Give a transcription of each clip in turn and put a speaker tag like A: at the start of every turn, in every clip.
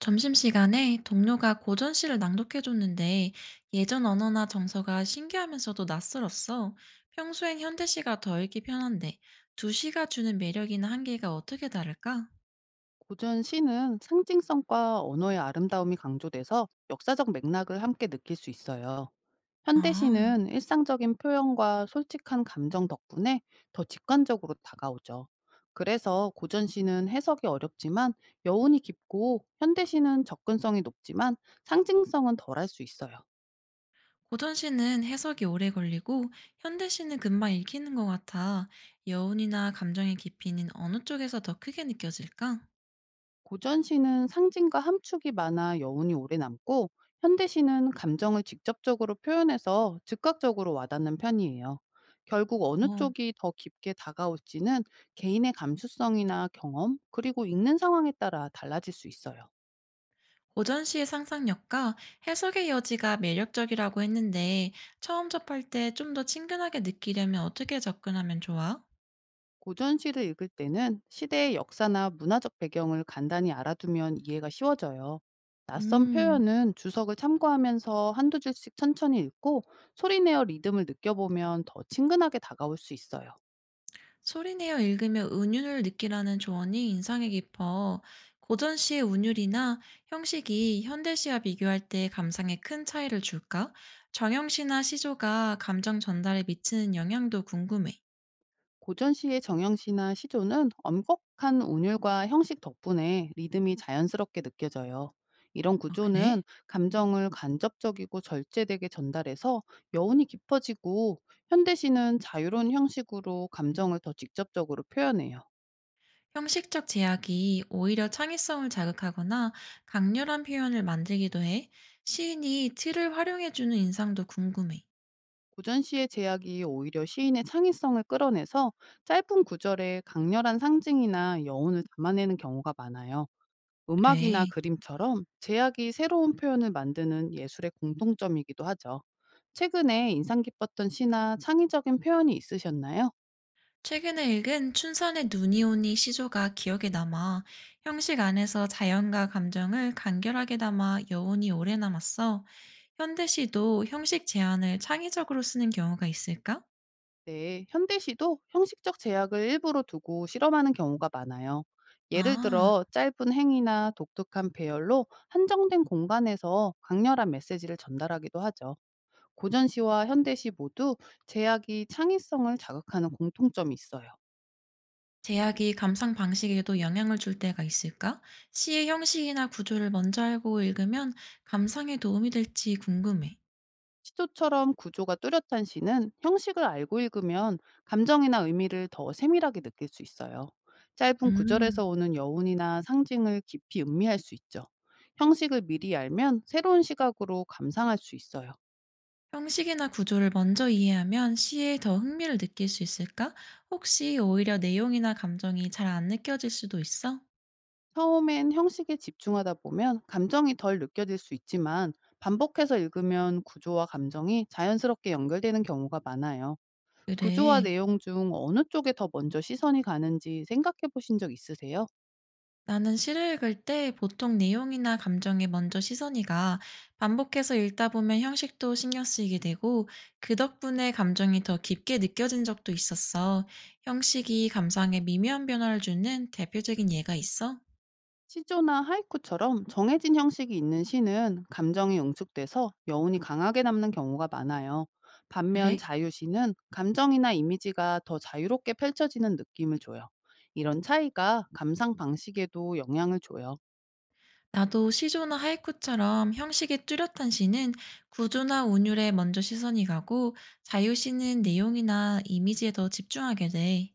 A: 점심시간에 동료가 고전시를 낭독해줬는데 예전 언어나 정서가 신기하면서도 낯설었어. 평소엔 현대시가 더 읽기 편한데 두 시가 주는 매력이나 한계가 어떻게 다를까?
B: 고전 시는 상징성과 언어의 아름다움이 강조돼서 역사적 맥락을 함께 느낄 수 있어요. 현대
A: 아,
B: 시는 일상적인 표현과 솔직한 감정 덕분에 더 직관적으로 다가오죠. 그래서 고전 시는 해석이 어렵지만 여운이 깊고, 현대 시는 접근성이 높지만 상징성은 덜할 수 있어요.
A: 고전시는 해석이 오래 걸리고 현대시는 금방 읽히는 것 같아. 여운이나 감정의 깊이는 어느 쪽에서 더 크게 느껴질까?
B: 고전시는 상징과 함축이 많아 여운이 오래 남고, 현대시는 감정을 직접적으로 표현해서 즉각적으로 와닿는 편이에요. 결국 어느
A: 어.
B: 쪽이 더 깊게 다가올지는 개인의 감수성이나 경험, 그리고 읽는 상황에 따라 달라질 수 있어요.
A: 고전 시의 상상력과 해석의 여지가 매력적이라고 했는데 처음 접할 때 좀 더 친근하게 느끼려면 어떻게 접근하면 좋아?
B: 고전시를 읽을 때는 시대의 역사나 문화적 배경을 간단히 알아두면 이해가 쉬워져요. 낯선
A: 음,
B: 표현은 주석을 참고하면서 한두 줄씩 천천히 읽고, 소리내어 리듬을 느껴보면 더 친근하게 다가올 수 있어요.
A: 소리내어 읽으며 은율을 느끼라는 조언이 인상에 깊어 고전 시의 운율이나 형식이 현대 시와 비교할 때 감상에 큰 차이를 줄까? 정형 시나 시조가 감정 전달에 미치는 영향도 궁금해.
B: 고전 시의 정형시나 시조는 엄격한 운율과 형식 덕분에 리듬이 자연스럽게 느껴져요. 이런
A: 아,
B: 구조는
A: 그래?
B: 감정을 간접적이고 절제되게 전달해서 여운이 깊어지고, 현대시는 자유로운 형식으로 감정을 더 직접적으로 표현해요.
A: 형식적 제약이 오히려 창의성을 자극하거나 강렬한 표현을 만들기도 해 시인이 틀을 활용해주는 인상도 궁금해.
B: 고전 시의 제약이 오히려 시인의 창의성을 끌어내서 짧은 구절에 강렬한 상징이나 여운을 담아내는 경우가 많아요. 음악이나
A: 그래.
B: 그림처럼 제약이 새로운 표현을 만드는 예술의 공통점이기도 하죠. 최근에 인상 깊었던 시나 창의적인 표현이 있으셨나요?
A: 최근에 읽은 춘선의 눈이 오니 시조가 기억에 남아 형식 안에서 자연과 감정을 간결하게 담아 여운이 오래 남았어. 현대시도 형식 제안을 창의적으로 쓰는 경우가 있을까?
B: 네, 현대시도 형식적 제약을 일부러 두고 실험하는 경우가 많아요. 예를
A: 아.
B: 들어 짧은 행위나 독특한 배열로 한정된 공간에서 강렬한 메시지를 전달하기도 하죠. 고전시와 현대시 모두 제약이 창의성을 자극하는 공통점이 있어요.
A: 제약이 감상 방식에도 영향을 줄 때가 있을까? 시의 형식이나 구조를 먼저 알고 읽으면 감상에 도움이 될지 궁금해.
B: 시조처럼 구조가 뚜렷한 시는 형식을 알고 읽으면 감정이나 의미를 더 세밀하게 느낄 수 있어요. 짧은 구절에서
A: 음,
B: 오는 여운이나 상징을 깊이 음미할 수 있죠. 형식을 미리 알면 새로운 시각으로 감상할 수 있어요.
A: 형식이나 구조를 먼저 이해하면 시에 더 흥미를 느낄 수 있을까? 혹시 오히려 내용이나 감정이 잘 안 느껴질 수도 있어?
B: 처음엔 형식에 집중하다 보면 감정이 덜 느껴질 수 있지만, 반복해서 읽으면 구조와 감정이 자연스럽게 연결되는 경우가 많아요. 구조와
A: 그래.
B: 내용 중 어느 쪽에 더 먼저 시선이 가는지 생각해 보신 적 있으세요?
A: 나는 시를 읽을 때 보통 내용이나 감정에 먼저 시선이 가 반복해서 읽다 보면 형식도 신경 쓰이게 되고 그 덕분에 감정이 더 깊게 느껴진 적도 있었어. 형식이 감상에 미묘한 변화를 주는 대표적인 예가 있어?
B: 시조나 하이쿠처럼 정해진 형식이 있는 시는 감정이 응축돼서 여운이 강하게 남는 경우가 많아요. 반면
A: 그래?
B: 자유시는 감정이나 이미지가 더 자유롭게 펼쳐지는 느낌을 줘요. 이런 차이가 감상 방식에도 영향을 줘요.
A: 나도 시조나 하이쿠처럼 형식이 뚜렷한 시는 구조나 운율에 먼저 시선이 가고 자유시는 내용이나 이미지에 더 집중하게 돼.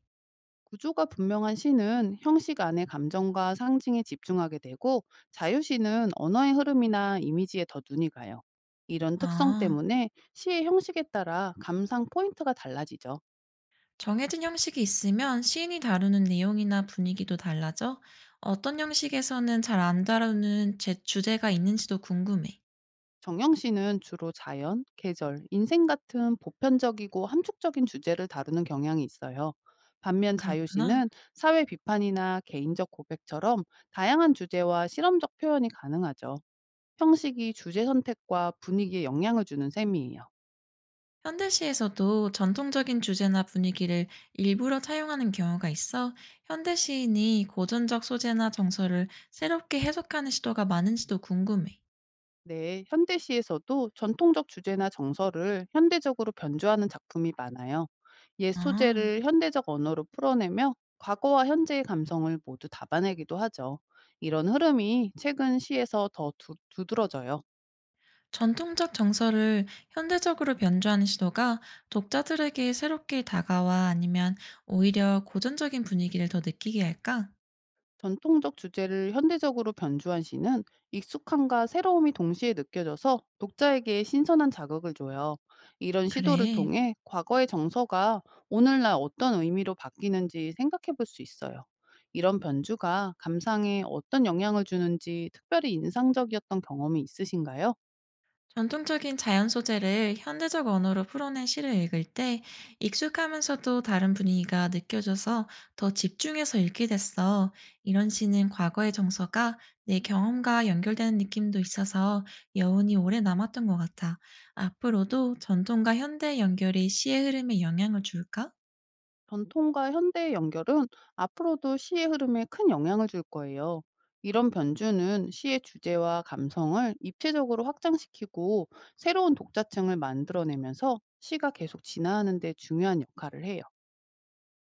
B: 구조가 분명한 시는 형식 안에 감정과 상징에 집중하게 되고, 자유시는 언어의 흐름이나 이미지에 더 눈이 가요. 이런 특성
A: 아.
B: 때문에 시의 형식에 따라 감상 포인트가 달라지죠.
A: 정해진 형식이 있으면 시인이 다루는 내용이나 분위기도 달라져 어떤 형식에서는 잘 안 다루는 제 주제가 있는지도 궁금해.
B: 정영 씨는 주로 자연, 계절, 인생 같은 보편적이고 함축적인 주제를 다루는 경향이 있어요. 반면 자유
A: 그렇구나.
B: 씨는 사회 비판이나 개인적 고백처럼 다양한 주제와 실험적 표현이 가능하죠. 형식이 주제 선택과 분위기에 영향을 주는 셈이에요.
A: 현대시에서도 전통적인 주제나 분위기를 일부러 차용하는 경우가 있어 현대 시인이 고전적 소재나 정서를 새롭게 해석하는 시도가 많은지도 궁금해.
B: 네, 현대시에서도 전통적 주제나 정서를 현대적으로 변주하는 작품이 많아요. 옛
A: 아.
B: 소재를 현대적 언어로 풀어내며 과거와 현재의 감성을 모두 담아내기도 하죠. 이런 흐름이 최근 시에서 더 두드러져요.
A: 전통적 정서를 현대적으로 변주하는 시도가 독자들에게 새롭게 다가와 아니면 오히려 고전적인 분위기를 더 느끼게 할까?
B: 전통적 주제를 현대적으로 변주한 시는 익숙함과 새로움이 동시에 느껴져서 독자에게 신선한 자극을 줘요. 이런 시도를
A: 그래.
B: 통해 과거의 정서가 오늘날 어떤 의미로 바뀌는지 생각해 볼 수 있어요. 이런 변주가 감상에 어떤 영향을 주는지 특별히 인상적이었던 경험이 있으신가요?
A: 전통적인 자연 소재를 현대적 언어로 풀어낸 시를 읽을 때 익숙하면서도 다른 분위기가 느껴져서 더 집중해서 읽게 됐어. 이런 시는 과거의 정서가 내 경험과 연결되는 느낌도 있어서 여운이 오래 남았던 것 같아. 앞으로도 전통과 현대 의 연결이 시의 흐름에 영향을 줄까?
B: 전통과 현대의 연결은 앞으로도 시의 흐름에 큰 영향을 줄 거예요. 이런 변주는 시의 주제와 감성을 입체적으로 확장시키고, 새로운 독자층을 만들어내면서 시가 계속 진화하는 데 중요한 역할을 해요.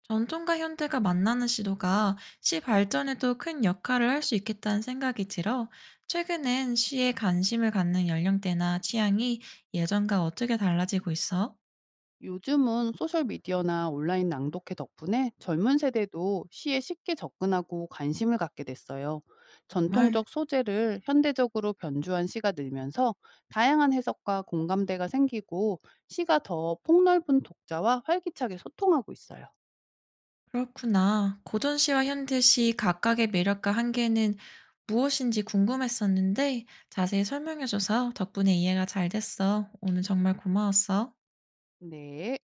A: 전통과 현대가 만나는 시도가 시 발전에도 큰 역할을 할 수 있겠다는 생각이 들어 최근엔 시에 관심을 갖는 연령대나 취향이 예전과 어떻게 달라지고 있어?
B: 요즘은 소셜미디어나 온라인 낭독회 덕분에 젊은 세대도 시에 쉽게 접근하고 관심을 갖게 됐어요.
A: 정말
B: 전통적 소재를 현대적으로 변주한 시가 늘면서 다양한 해석과 공감대가 생기고, 시가 더 폭넓은 독자와 활기차게 소통하고 있어요.
A: 그렇구나. 고전 시와 현대 시 각각의 매력과 한계는 무엇인지 궁금했었는데 자세히 설명해줘서 덕분에 이해가 잘 됐어. 오늘 정말 고마웠어.
B: 네.